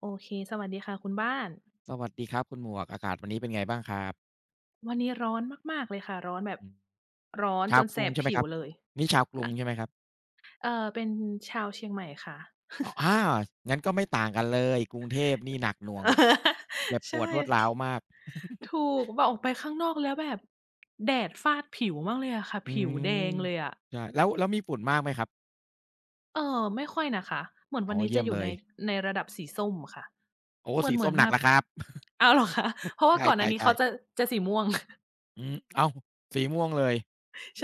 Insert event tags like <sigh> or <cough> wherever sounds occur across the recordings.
โอเคสวัสดีค่ะคุณบ้านสวัสดีครับคุณหมวกอากาศวันนี้เป็นไงบ้างครับวันนี้ร้อนมากๆเลยค่ะร้อนแบบอืมร้อนจชาวนกแสรุงบใช่ไหมผิควรับเลยนี่ชาวกรุงใช่ไหมครับเป็นชาวเชียงใหม่ค่ะ <laughs> อ๋ออางั้นก็ไม่ต่างกันเลยกรุงเทพนี่หนักหน่วงเจ็บใชปวดรวดร้าว่มาก <laughs> ถูกแบบออกไปข้างนอกแล้วแบบแดดฟาดผิวมากเลยอะค่ะอืผิวแดมงเลยอะใช่แล้วมีฝุ่นมากไหมครับเออไม่ค่อยนะคะเหมือนอ๋วันอนี้เยี่จะยมอยู่เลในยระดับสีส้มค่ะโอ้เหมือนสีเหมือส้นมหนัมากแล้วครับ อ้าวเหรอคะเพ <laughs> ราะว่าใชก่อนหน้านี้่เขาๆจะๆสีม่วง <laughs> อืมอ้าวสีม่วงเลยใ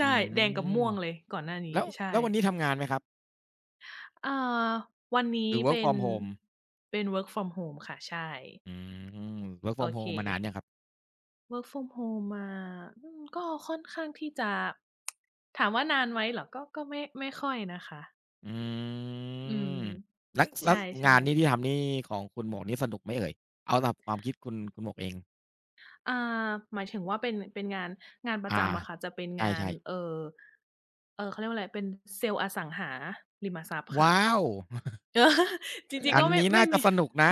อื่แดงกับมม่วงเลยก่อนหน้าแล้นี้วใช่ แล้ววันนี้ทำงานไหมครับอ่าวันหนี้รือ work เป็น from home? เป็น work from home ค่ะ ใช่ อืม work โอ from เค home มานานยังครับ work from home มาอืมก็ค่อนข้างที่จะถามว่านานไหมเหรอ ก็ไม่ค่อยนะคะ อือืมมแล้วใชแล้วงา่นนี้ที่ๆทำนี่ของคุณหมวกนี่สนุกไหมเอ่ยเอาตามความคิดคุณหมวกเองอ่าหมายถึงว่าเป็นงานงานประอาจำอะค่ะ จะเป็นใงานช่ๆเขาเรียกว่าอะไรเป็นเซลล์อสังหาริมทรัพย์ค่ะ ว้าว <laughs> <laughs> เออจริงๆอัก็นไม่นี้น่าจะมี สนุกนะ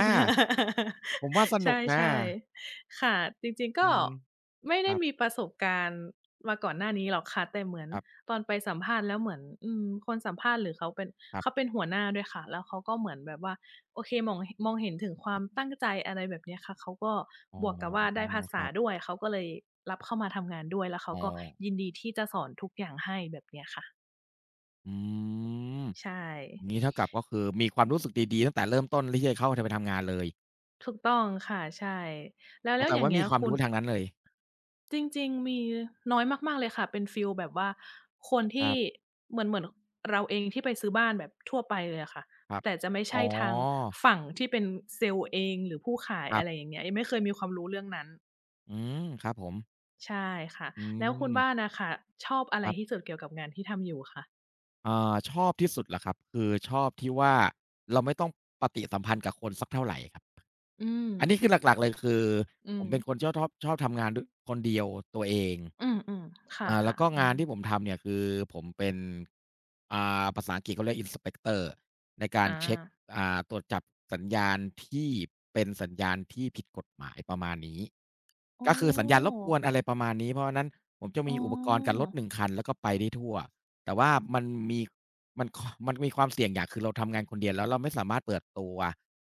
ผมว่าส <laughs> ใชนุกนะ่ๆค่ะจริงๆอืก็มไม่คได้รับมีประสบการณ์มาก่อนหน้านี้หรอกค่ะแต่เหมือนครับตอนไปสัมภาษณ์แล้วเหมือนอืมคนสัมภาษณ์หรือเขาเป็นครัเขาเป็นบหัวหน้าด้วยค่ะแล้วเขาก็เหมือนแบบว่าโอเคมองหมองเห็นถึงควาคมรับตั้งใจอะไรแบบเนี้ยค่ะเขาก็อ๋อบวกกับว่าได้ภาคษารับด้วยเขาก็เลยรับเข้ามาทำงานด้วยแล้วเขาอ๋อก็ยินดีที่จะสอนทุกอย่างให้แบบเนี้ยค่ะอืมใช่ งี้เท่ากับก็คือมีความรู้สึกดีๆตั้งแต่เริ่มต้นที่จะเข้าทไปทำงานเลยถูกต้องค่ะใช่แล้วอ๋ออแต่ย่างว่าเงี้มียความคุณรู้ทางนั้นเลยจริงๆมีน้อยมากๆเลยค่ะเป็นฟีลแบบว่าคนคที่รับเหมือนเราเองที่ไปซื้อบ้านแบบทั่วไปเลยอะค่ะครับแต่จะไม่อ๋อใช่ทางฝั่งที่เป็นเซลส์เองหรือผู้ขายครัอะไรอบย่างเงี้ยยังไม่เคยมีความรู้เรื่องนั้นอืมครับผมใช่ค่ะอืแล้วคุณมบ้านน่ะค่ะชอบอะคไรรัที่บ สุดเกี่ยวกับงานที่ทำอยู่คะอ่าชอบที่สุดเหรอครับคือชอบที่ว่าเราไม่ต้องปฏิสัมพันธ์กับคนสักเท่าไรครับอืมอันนี้คือหลักๆเลยคืออืผมมเป็นคนชอบทำงานดวยคนเดียวตัวเอง อืมๆคอ่าแล้่ะวก็ๆอืงานมที่ผมทำเนี่ยคือผมเป็นอ่าภาษาอังกฤษเขาเรียก inspector ในการอาเช็คอ่าตรวจจับสัญญาณที่เป็นสัญญาณที่ผิดกฎหมายประมาณนี้อ๋อก็คือสัญญาณรบกวนอะไรประมาณนี้เพราะฉะนั้นผมจะอ๋มีอุปกรณ์กันอรถหนึ่งคันแล้วก็ไปได้ทั่วแต่ว่ามีมันมันมีความเสี่ยงอย่างคือเราทำงานคนเดียวแล้วเราไม่สามารถเปิดตัว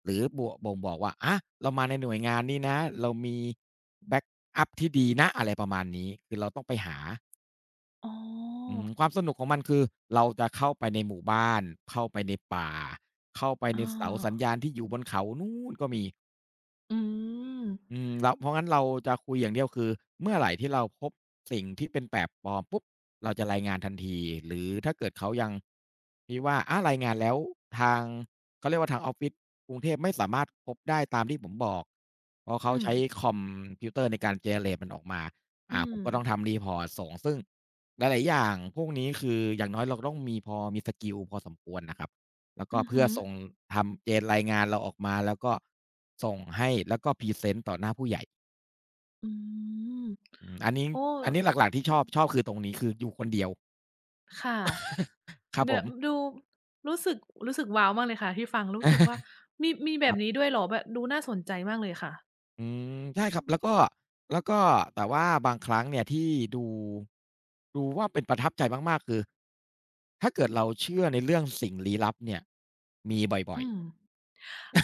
หรือบวบ่งบอกว่าอะเรามาในหน่วยงานนี้นะเรามีแบ็กอัพที่ดีนะอะไรประมาณนี้คือเราต้องไปหา อ๋อือมความสนุกของมันคือเราจะเข้าไปในหมู่บ้าน เข้าไปในป่า เข้าไปในอา เสาสัญญาณที่อยู่บนเขานู่นก็มี อืมอืมเราเพราะงั้นเราจะคุยอย่างเดียวคือเมื่อไหร่ที่เราพบสิ่งที่เป็นแบบปลอมปุ๊บเราจะรายงานทันทีหรือถ้าเกิดเขายังที่ว่าอารายงานแล้วทางเขาเรียกว่าทางออฟฟิศกรุงเทพไม่สามารถพบได้ตามที่ผมบอกเพราะเขาอืมใช้คอมพิวเตอร์ในการ generate มันออกมาอือ่าผมมก็ต้องทำ report ส่งซึ่งหลายๆอย่างพวกนี้คืออย่างน้อยเราก็ต้องมีพอมีสกิลพอสมควรน่ะครับ แล้วก็อือเพื่ฮึอส่งทำเกณฑ์รายงานเราออกมาแล้วก็ส่งให้แล้วก็พรีเซนต์ต่อหน้าผู้ใหญ่อืมอืมอันนี้โอ้อันนี้หลักๆที่ชอบคือตรงนี้คืออยู่คนเดียวค่ะครับเดผยวม ดูรู้สึกรู้สึกว้าวมากเลยค่ะที่ฟังรู้สึกว่ามี <laughs> แบครับนี้บด้วยเหรอแบบดูน่าสนใจมากเลยค่ะอืมใช่ครับแล้วก็แต่ว่าบางครั้งเนี่ยที่ดูดูว่าเป็นประทับใจมากๆคือถ้าเกิดเราเชื่อในเรื่องสิ่งลี้ลับเนี่ยมีบ่ออืยมๆ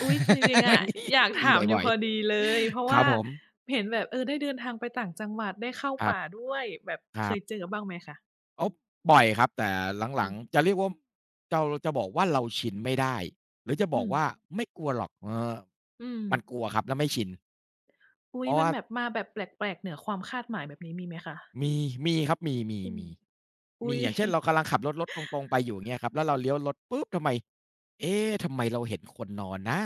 อุ๊ยจริงๆอะอยาก <laughs> มีถามอยู่บ่อพยอดีเลยเพราะๆครัว่าบผมเห็นแบบเออได้เดินทางไปต่างจังหวัดได้เข้าครับป่าด้วยแบบคเครัยเจบ อบ้างไหมคะโอ๊ะบ่อยครับ แต่หอืลังมๆจะเรียกว่าเจาจะบอกว่าเราชินไม่ได้ หรือจะบอือกว่ามไม่กลัวหรอกเอออืมมันกลัวครับแล้วไม่ชิน อุ๊เพยราะมันว่า แบบมาแบบแปลกๆเหนือความคาดหมายแบบนี้มีไหมคะมีมีครับมีมีอืมมีอุ๊มีย อย่างเช่นเรากำลังขับรถตรงๆไปอยู่อย่างเงี้ยครับแล้วเราเลี้ยวรถปุ๊บทำไมเอ๊ะทำไมเราเห็นคนนอนนะ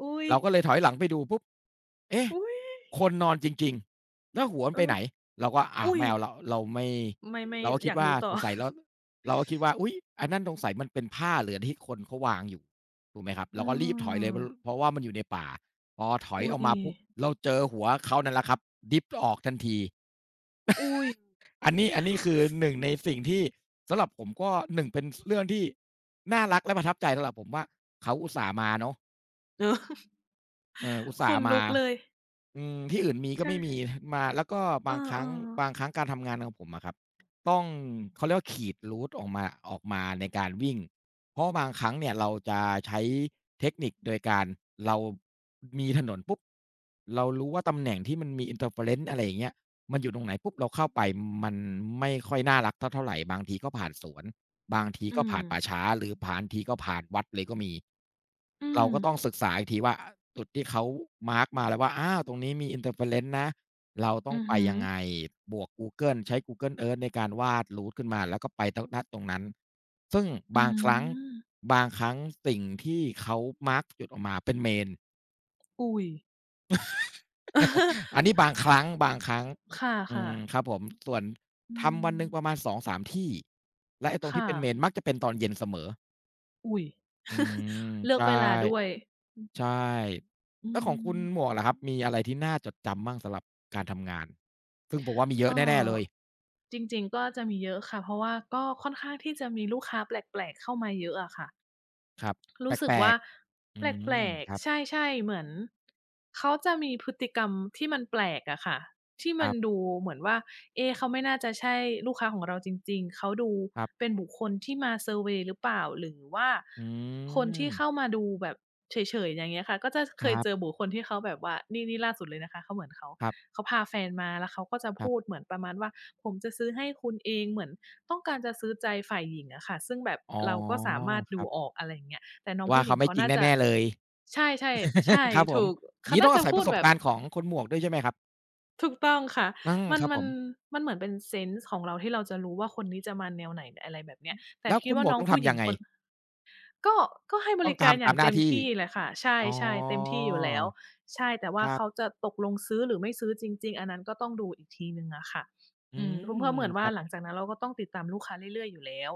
อุ๊ยเราก็เลยถอยหลังไปดูปุ๊บเอ๊ะอุ๊ยคนนอนจริงๆแล้วหัวมัเอนไปอไหนเราก็อาอุ๊ยไม่เอาแล้วไม่เราก็อคิดยากว่ารู้ต่สองสัยเราก็คิดว่าอุ๊ยอันนั้นสงสัยมันเป็นผ้าเหลือที่คนเขาวางอยู่ถูกไหมครับเเราก็รีบถอยเลอยอเพราะว่ามันอยู่ในป่าพอถอยอุ๊ออยกมาปุ๊บเราเจอหัวเขานั่นแหละครับดิฟออกทันที อุ๊ยอันนี้คือหนึ่งในสิ่งที่สำหรับผมก็หนึ่งเป็นเรื่องที่น่ารักและประทับใจสำหรับผมว่าเขาอุตส่าห์มาเนาะเออ <laughs> เอออุตขส่าห์นลุมากเลยอืมที่อื่นมีก็ไม่มีใช่มาแล้วก็เบางครั้งออบางครั้งการทำงานของผมอะครับต้องเขาเรียกว่าขีด route ออกมาในการวิ่งเพราะบางครั้งเนี่ยเราจะใช้เทคนิคโดยการเรามีถนนปุ๊บเรารู้ว่าตำแหน่งที่มันมี interference อะไรอย่างเงี้ย มันอยู่ตรงไหนปุ๊บเราเข้าไปมันไม่ค่อยน่ารักเท่าไรบางทีก็ผ่านสวนบางทีๆอืก็มผ่านป่าช้าหรือบางทีก็ผ่านวัดเลยก็มีอืเรามก็ต้องศึกษาอีกทีว่าจุดที่เขามาร์กมาแล้วว่าอาตรงนี้มี interference นะเราต้ออืงอไปฮึยังไงบวกกูเกิลใช้ Google Earth ในการวาด route ขึ้นมาแล้วก็ไปตรงณตรงนั้นซึ่งอืบางครั้งมบางครั้งสิ่งที่เขามาร์กจุดออกมาเป็นเมน อุ๊ย อันนี้บา <laughs> งครั้งบางครั้งคอื่ะมครัๆบผมส่วนอืทำวันหนึ่งประมามณ2-3ที่และไอ้ตรงที่ค่ะเป็นเมนมักจะเป็นตอนเย็นเสมออุ๊ย อืม <laughs> เลือใชกเวลาด้วย่ใช่อืแล้วของคุณหมมวกล่ะครับมีอะไรที่น่าจดจำบ้างสำหรับการทำงานซึ่งผมว่ามีเยเอ่อะแน่ๆเลยอจริงๆก็จะมีเยอะค่ะเพราะว่าก็ค่อนข้างที่จะมีลูกค้าแปลกๆเข้ามาเยอะอะค่ะ ครับรู้สึแปกลว่ากๆแอืปลมกครับๆใช่ๆ เหมือนเขาจะมีพฤติกรรมที่มันแปลกอะค่ะที่คมัรันดูบเหมือนว่าเอ๊ะเขาไม่น่าจะใช่ลูกค้าของเราจริงๆ เขาดูครัเป็บนบุคคลที่มาเซอร์เวย์หรือเปล่า หรือว่าอืคนที่เข้ามมาดูแบบเฉยๆอย่างเงี้ยค่ะก็จะเคคยรัเจอบบุคคลที่เขาแบบว่านี่ล่าสุดเลยนะคะเขาครับเขาพาแฟนมาแล้วเขาก็จะครัพูดบเหมือนประมาณว่าผมจะซื้อให้คุณเองเหมือนต้องการจะซื้อใจฝ่ายหญิงอะค่ะซึ่งแบบอ๋อเราก็สามารถคดูรัออบกอะไรอย่างเงี้ย แต่น้องว่าผู้หญิเขางไม่เขาจริงน่าจะแน่ๆเลย ใช่ๆใช่ <laughs> ครับผมถูกเขางี้ต้น่าองจะอาศัยพูปดระสบแบบการณ์ของคุณหมวกด้วยใช่ไหมครับ ถูกต้องค่ะอามันครับผมมันเหมือนเป็นเซนส์ของเราที่เราจะรู้ว่าคนนี้จะมาแนวไหนอะไรแบบเนี้ยแต่แล้วคิดคุณหว่ามวน้กองต้องผู้หทำญิยังงไงคน ก็ให้บต้องริการอทำตาย่ามงหเต็น้ามที่ที่เลยค่ะอ๋อใช่ๆเต็มที่อยู่แล้วใช่แต่ว่าครัเขาบจะตกลงซื้อหรือไม่ซื้อจริงๆอันนั้นก็ต้องดูอีกทีหนึ่งอะค่ะอือืมเพราะมเหมือนคว่ารัหลังบจากนั้นเราก็ต้องติดตามลูกค้าเรื่อยๆอยู่แล้ว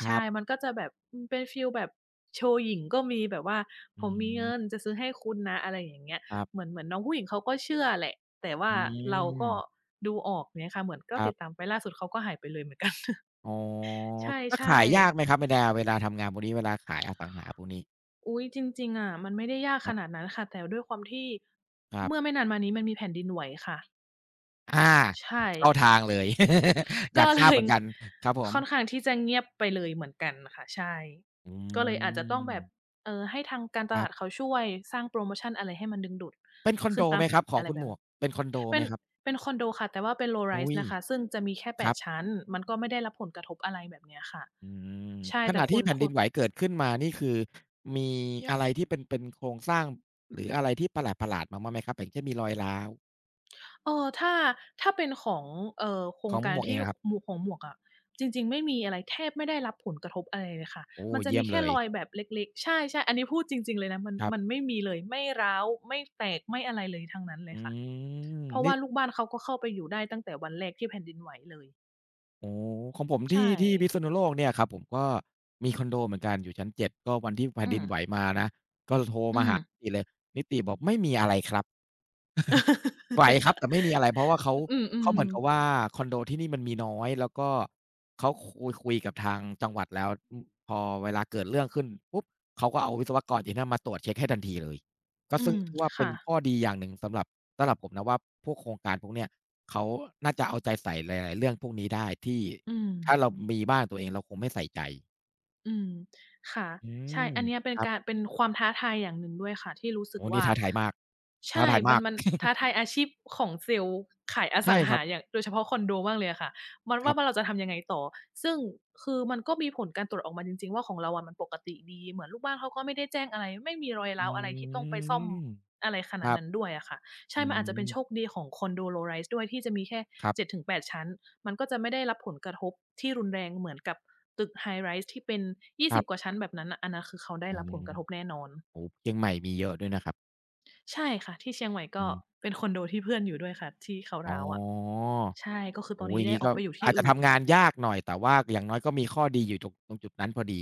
คใช่รัมันบก็จะแบบอืมเป็นฟีลแบบโชว์หยิ่งก็มีแบบว่าผอืมมีเงินมจะซื้อให้คุณนะอะไรอย่างเงี้ยครัเหมืบอนเหมือนน้องผู้หญิงเขาก็เชื่อแหละแต่ว่าอืเราก็มดูออกเงี้ยค่ะเหมือนก็ครัติดตามบไปล่าสุดเขาก็หายไปเลยเหมือนกัน <laughs> อ๋อใชแล้ว่ขายยากไหมๆ ครับเวลาทำงานพวกนี้เวลาขายอสังหาพวกนี้อุ๊ยจริงๆอะมันไม่ได้ยากคขรันาดบนั้นค่ะแต่ด้วยความที่ครัเมื่อไม่บนานมานี้มันมีแผ่นดินไหวค่ะอาใช่เข้าทางเลย <laughs> อยาก็ ก <laughs> ทเลราบยเหมือนกันครับผมค่อนข้างที่จะเงียบไปเลยเหมือนกันน่ะค่ะใช่อืก็เลยอาจจะต้องมแบบให้ทางการตครัลาดบเขาช่วยสร้างโพรโมชันอะไรให้มันดึงดูดเป็นคอนขึ้โดนมาไหมครับขออะงไรคุณแบหมบวกเป็นคอนโดเป็ไหนมครับเป็นคอนโดค่ะแต่ว่าเป็น low อุ๊ rise ยนะคะซึ่งจะมีแค่ค8รับ ชั้นมันก็ไม่ได้รับผลกระทบอะไรแบบเนี้ยค่ะ อืมขณะที่แผ่นดินไหวเกิดขึ้นมานี่คือมีอะไรที่เป็นเป็นโครงสร้างหรืออะไรที่ประหลาดๆมาบ้างไหมครับอย่างเช่นมีรอยร้าวเออถ้าถ้าเป็นของโครขงองกาหรมวกเอที่งอะครับหมวกของหมวกอะจริงๆไม่มีอะไรแทบไม่ได้รับผลกระทบอะไรเลยค่ะโอ้มันจะเยี่มียมแค่เลยรอยแบบเล็กๆใช่ๆอันนี้พูดจริงๆเลยนะครัมันบไม่มีเลยไม่ร้าวไม่แตกไม่อะไรเลยทั้งนั้นเลยอืค่ะมเพราะนี่ว่าลูกบ้านเขาก็เข้าไปอยู่ได้ตั้งแต่วันแรกที่แผ่นดินไหวเลยโอ้โฮของผมที่ใช่ที่พิษณุโลกเนี่ยครับผมก็มีคอนโดเหมือนกันอยู่ชั้นเจ็ดก็วันที่แผ่นอืดิมนไหวมานะก็โทรอืมาม หานิติเลยนิติบอกไม่มีอะไรครับ ไหวครับแต่ไม่มีอะไรเพราะว่าเขา <laughs> อืเขามเหมือนๆกับว่าคอนโดที่นี่มันมีน้อยแล้วก็เขาคุยกับทางจังหวัดแล้วอืมพอเวลาเกิดเรื่องขึ้นปุ๊บเขาก็เอาวิศวกรที่นั่นมาตรวจเช็กให้ทันทีเลยก็อืซึ่งมถือว่าเป็นค่ะข้อดีอย่างหนึ่งสำหรับสำหรับผมนะว่าพวกโครงการพวกเนี้ยเขาน่าจะเอาใจใส่หลายๆเรื่องพวกนี้ได้ที่อืม ถ้าเรามีบ้านตัวเองเราคงไม่ใส่ใจอืมค่ะอืใช่มอันเนี้ยเป็คนรับการเป็นความท้าทายอย่างหนึ่งด้วยค่ะที่รู้สึกโอ้โฮนี่ว่าท้าทายมากท้าใช่ทายมากมันท้าทายอาชีพของเซลส์ขายอสัใช่งครัหาอบย่างโดยเฉพาะคอนโดมากเลยอะค่ะครัว่าเราบจะทำยังไงต่อซึ่งคือมันก็มีผลการตรวจออกมาจริงๆว่าของเราอะมันปกติดีเหมือนลูกบ้านเขาก็ไม่ได้แจ้งอะไรไม่มีรอยอืร้าวอะไรที่ต้องไปซ่อมมอะไรขคนาดรับนั้นด้วยอะค่ะ ใช่อืมันอาจจะม เป็นโชคดีของคอนโด low rise ด้วยที่จะมีแค่ครับ7-8ชั้น มันก็จะไม่ได้รับผลกระทบที่รุนแรงเหมือนกับตึก high rise ที่เป็นครั20กว่าบชั้นแบบนั้นน่ะอันนั้นคือเขาได้อืรับมผลกระทบแน่นอน โอ้โฮเชียงใหม่มีเยอะด้วยนะครับใช่ค่ะที่เชียงใหม่อืก็มเป็นคอนโดที่เพื่อนอยู่ด้วยค่ะที่เขาอ๋ร้าอวอะใช่ ก็คือตอโอ้นโฮอนี้ย่างได้งี้ออกก็ไปอยู่ที่อาจจะอื่น ทำงานยากหน่อยแต่ว่าอย่างน้อยก็มีข้อดีอยู่ตรงตรงจุดนั้นพอดี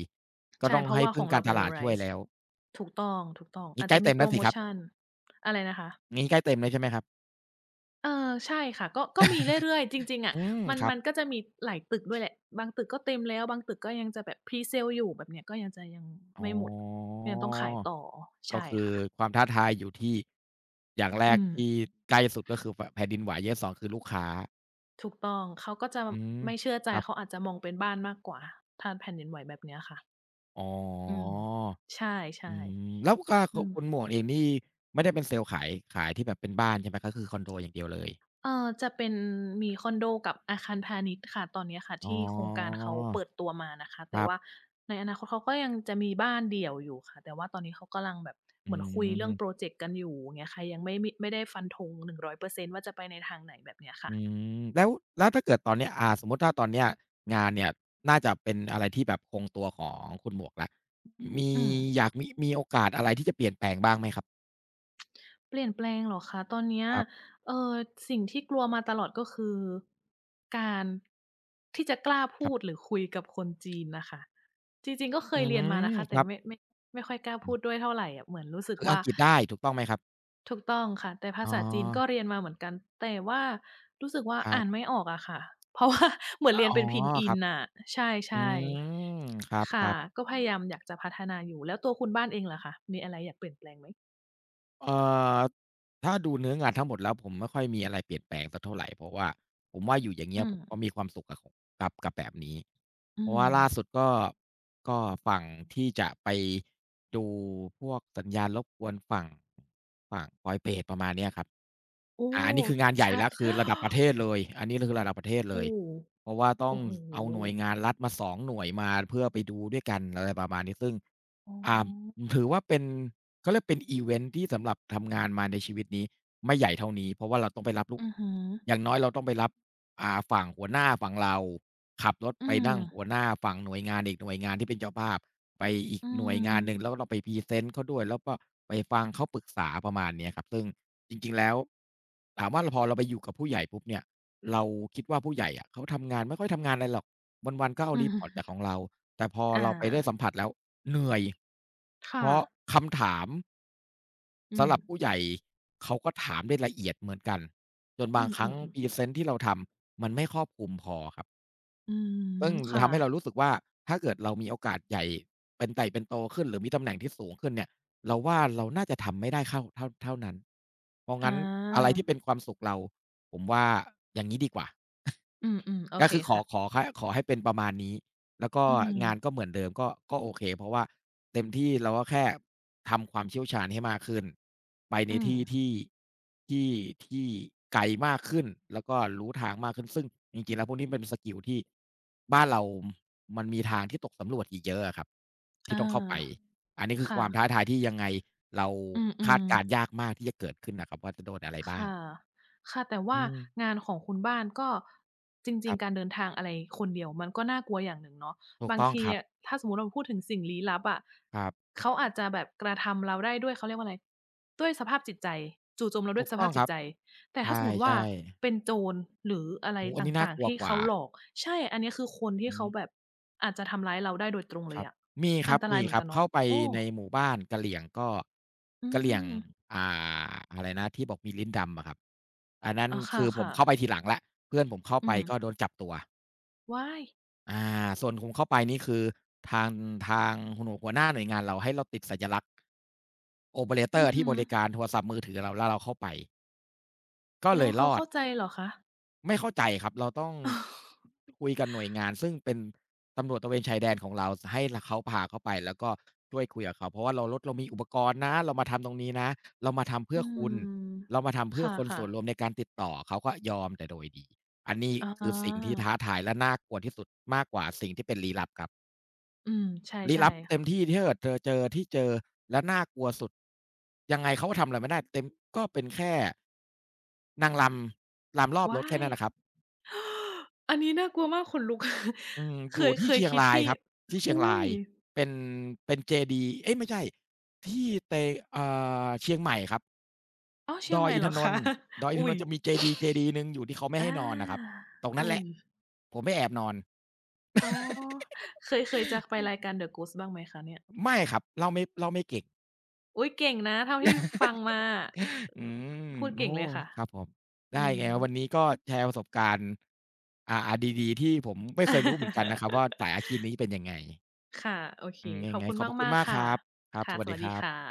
ก็ใช่ ต้องเพราะให้ว่าขพึ่องงกาเรารตเป็น ลา low ดช่วย rise แล้วถูกต้องๆงี้อาจใกล้จะมีเต็มโพรแล้วสิโมครับชันอะไรนะคะ งี้ใกล้เต็มแล้วใช่ไหมครับ เออใช่ค่ะก็มีเรื่อยๆจริงๆ <laughs> อะอืมครับมันก็จะมีหลายตึกด้วยแหละบางตึกก็เต็มแล้วบางตึกก็ยังจะแบบ Pre-sale อยู่แบบเนี้ยก็ยังจะยังอ๋ไม่หมดอก็ยังต้องขายต่อก็ใช่คือค่ะความท้าทายอยู่ที่อย่างแรอืกมที่ใกล้สุดก็คือแผ่นแผ่นดินไหวอย่างที่สองคือลูกค้าถูกต้องเขาก็จะอืมไม่เชื่อใจครับเขาอาจจะมองเป็นบ้านมากกว่าถ้าแผ่นดินไหวแบบเนี้ยค่ะอ๋อ อืมใช่อืมแล้วก็ๆคอืม คุณหมวกเองนี่ไม่ได้เป็นเซลล์ขายขายที่แบบเป็นบ้านใช่ไหมก็คือคอนโดอย่างเดียวเลยจะเป็นมีคอนโดกับอาคารพาณิชย์ค่ะตอนเนี้ยค่ะอ๋อที่โครงการเขาเปิดตัวมานะคะคแต่รัว่าบในอนาคตเขาก็ยังจะมีบ้านเดี่ยวอยู่ค่ะแต่ว่าตอนนี้เขากำลังแบบเหอืมือนคุยเรื่องพรอมเจกต์กันอยู่อย่างเงี้ยค่ะยังไม่ได้ฟันธง100%ว่าจะไปในทางไหนแบบเนี้ยค่ะอืมแล้วแล้วถ้าเกิดตอนเนี้ยสมมุติถ้าตอนเนี้ยงานเนี่ยน่าจะเป็นอะไรที่แบบคงตัวของคุณหมวกแล้วมีอืม อยากมีมีโอกาสอะไรที่จะเปลี่ยนแปลงบ้างไหมครับเปลี่ยนแปลงเหรอคะตอนเนี้ยครับเอ่อสิ่งที่กลัวมาตลอดก็คือการที่จะกล้าคพูรัดหบรือคุยกับคนจีนน่ะค่ะจริงๆก็เคอืยเรียนมามนะคะคแต่รับไม่ค่อยกล้าอ๋พูดด้อวยเท่าไรอะเหมือนรู้สึกคืออัว่างกฤษได้ถูกต้องไหมครับถูกต้องค่ะแต่ภาอ๋อษาจีนก็เรียนมาเหมือนกันแต่ว่ารู้สึกว่าครัอ่านไม่บออกอะค่ะเพราะว่า <laughs> เหมือนอาเรียนอ๋อเป็นพินอิคนรับน่ะใชอื่มครๆค่ะับๆ ก็พยายามอยากจะพัฒนาอยู่แล้วตัวคุณบ้านเองล่ะคะมีอะไรอยากเปลี่ยนแปลงไหมเอ่อถ้าดูเนื้องานทั้งหมดแล้วผมไม่ค่อยมีอะไรเปลี่ยนแปลงสักเท่าไรเพราะว่าผมว่าอยู่อย่างอืเงี้ยผมมก็มีความสุขกับของกับกับแบบนี้อืเพราะม ว่าล่าสุดก็ก็ฝั่งที่จะไปดูพวกสัญญาณรบกวนฝั่งฝั่งปอยเปตประมาณเนี้ยครับโอ้อาอันนี้คืองานใหญ่ใช่ แล้ว <gasps> คือระดับประเทศเลยอันนี้คือระดับประเทศเลโอ้ยเพราะว่าต้องโอ้โฮเอาหน่วยงานรัฐมาสองหน่วยมาเพื่อไปดูด้วยกันอะไรประมาณนี้ซึ่ง อ๋ออ่าถือว่าเป็นเขาเรียกเป็นอิเวนต์ที่สำหรับทำงานมาในชีวิตนี้ไม่ใหญ่เท่านี้เพราะว่าเราต้องไปรับลูกอือฮึอย่างน้อยเราต้องไปรับอ่าฝั่งหัวหน้าฝั่งเราขับรถอืไปมนั่งหัวหน้าฝั่งหน่วยงานอีกหน่วยงานที่เป็นเจ้าภาพไปอีกอืหน่วยงานหนึ่งแล้วมเราไปพรีเซนต์เขาด้วยแล้วก็ไปฟังเขาปรึกษาประมาณเนี้ยครับซึ่งจริงๆแล้วถามว่าลพอเราไปอยู่กับผู้ใหญ่ปุ๊บเนี่ย เราคิดว่าผู้ใหญ่อะเขาทำงานไม่ค่อยทำงานอะไรหรอกวันๆก็เอา อื report มจากของเราแต่พออเราไปได้สัมาผัสแล้วเหนื่อยเพค่ะราะคำถามอืมสำหรับผู้ใหญ่เขาก็ถามได้ละเอียดเหมือนกันจนอืบางครั้งมๆพรีเซๆนต์ที่เราทำมันไม่ครอบคลุมพอครับอืมซึ่งค่ะทำให้เรารู้สึกว่าถ้าเกิดเรามีโอกาสใหญ่เป็นไต่เป็นโตขึ้นหรือมีตำแหน่งที่สูงขึ้นเนี่ยเราว่าเราน่าจะทำไม่ได้เข้าเท่านั้นเพราะองั้นอะไราที่เป็นความสุขเราผมว่าอย่างงี้ดีกว่า อืมๆโอก็เคคือขอค่ะขอขขอให้เป็นประมาณนี้แล้วก็อืงานก็มเหมือนเดิมก็โอเคเพราะว่าเต็มที่เราก็แค่ทำความเชี่ยวชาญให้มากขึ้นไปในอืมที่ที่ที่ที่ไกลมากขึ้นแล้วก็รู้ทางมากขึ้นซึ่งจริงๆแล้วพวกนี้เป็นสกิลที่บ้านเรามันมีทางที่ตกสำรวจอีกเยอะอะครับที่อาต้องเข้าไปอันนี้คือคค่ะวามท้าทายที่ยังไงเราอืคาดมการณ์ยากๆ มากที่จะเกิดขึ้นน่ะครับว่าจะโดนอะไรบ้างค่ะค่ะแต่ว่าอืมงานของคุณบ้านก็จริคงรัๆการบเดินทางอะไรคนเดียวมันก็น่ากลัวอย่างหนึ่งเนาะถูกบางต้องทีครับอะถ้าสมมุติเราพูดถึงสิ่งลี้ลับอะครับเขาอาจจะแบบกระทำเราได้ด้วยเขาเรียกว่าอะไรด้วยสภาพจิตใจจู่โจมเราด้วถูยกสต้ภาอพงจิคตรับ ใจแต่ถ้าสมมุติว่าใช่เป็ๆนโจรหรืออะไรโอ้โฮอัตนนี้น่า่างกๆลัวที่กเขาว่าหลอกใช่ อันนี้คือคนที่อืมเขาแบบอาจจะทำร้ายเราได้โดยตรงเลคยรับอะมีคอัรันบตรามียเหมือคนรักับนเนาะเข้าไปโอ้ในหมู่บ้านกะเหรี่ยงก็อืกะเหรี่ยงมอ่าอะไรนะที่บอกมีลิ้นดำอะครับอันนั้นอาคคือผม่ะเข้าๆไปทีหลังแล้วเพื่อนผมเข้าไปอืมก็โดนจับตัวว้ายอาส่วนผมเข้าไปนี่คือทางทางหัวโน่หัวหน้าหน่วยงานเราให้เราติดสัญลักษณ์โอเปอเรตอืออร์ฮึ ที่บริการโทรศัพท์มือถือเราแล้วเราเข้าไปก็เลแล้วยรเขาอด เข้าใจเหรอคะ ไม่เข้าใจครับเราต้องคุยกับหน่วยงานซึ่งเป็นตำรวจตระเวนชายแดนของเราให้เขาพาเข้าไปแล้วก็ช่วยคุยกับเขาเพราะว่าเรารถเรามีอุปกรณ์นะเรามาทำตรงนี้นะเรามาทำอืเพื่อคุณมเรามาทำคเพื่อคน่ะส่วนๆรวมในการติดต่อเขาก็ยอมแต่โดยดีอันนี้อคือสิ่งที่าท้าทายและน่ากลัวที่สุดมากกว่าสิ่งที่เป็นลี้ลับครับอืมใชลี้่ลับเต็มที่ถ้าเกิดเธอเจอที่เจอและน่ากลัวสุดยังไงเขาก็ทำอะไรไม่ได้เต็มก็เป็นแค่นางรำรำรอๆบรว้าถแค่ย นั้นน่ะครับ อันนี้น่ากลัวมากขนลุก <laughs> อืมเคอยู่ยเคที่ยเชียงคิดรายที่ครับที่เชียงอุ๊รายยเป็นเป็นเจดีย์เอ๊ยไม่ใช่ที่เตเชียงใหม่ครับอ้าวเชียดงอใหยม่อินเหรทอนคะ นท์ดอย <laughs> อินอุ๊ทนยนท์จะมีเจดีย์เจดีย์หนึ่งอยู่ที่เขาไม่ให้อานอนน่ะครับตรงนั้นอุ๊แหยละผมไปแอบนอนอ๋อเคยเคยจะไปรายการ The Ghost บ้างไหมคะเนี่ย ไม่ครับเล่าไม่เก่งอุ๊ยเก่งนะเท่าที่ฟังมาอะอืมพูดโอ้เก่งเลยค่ะ ครับผมได้อืไงม วันนี้ก็แชร์ประสบการณ์อ่าๆดีๆที่ผมไม่เคยรู้เหมือนกันนะครับว่าสายอา <laughs> ชีพนี้เป็นยังไงค่ะ โอเค อืมขยัองบไงคุณขอบพระคุณมากมาๆกคค่ะ รับครับค่ะ สวัสสดีวัสคดีรัค่ะบ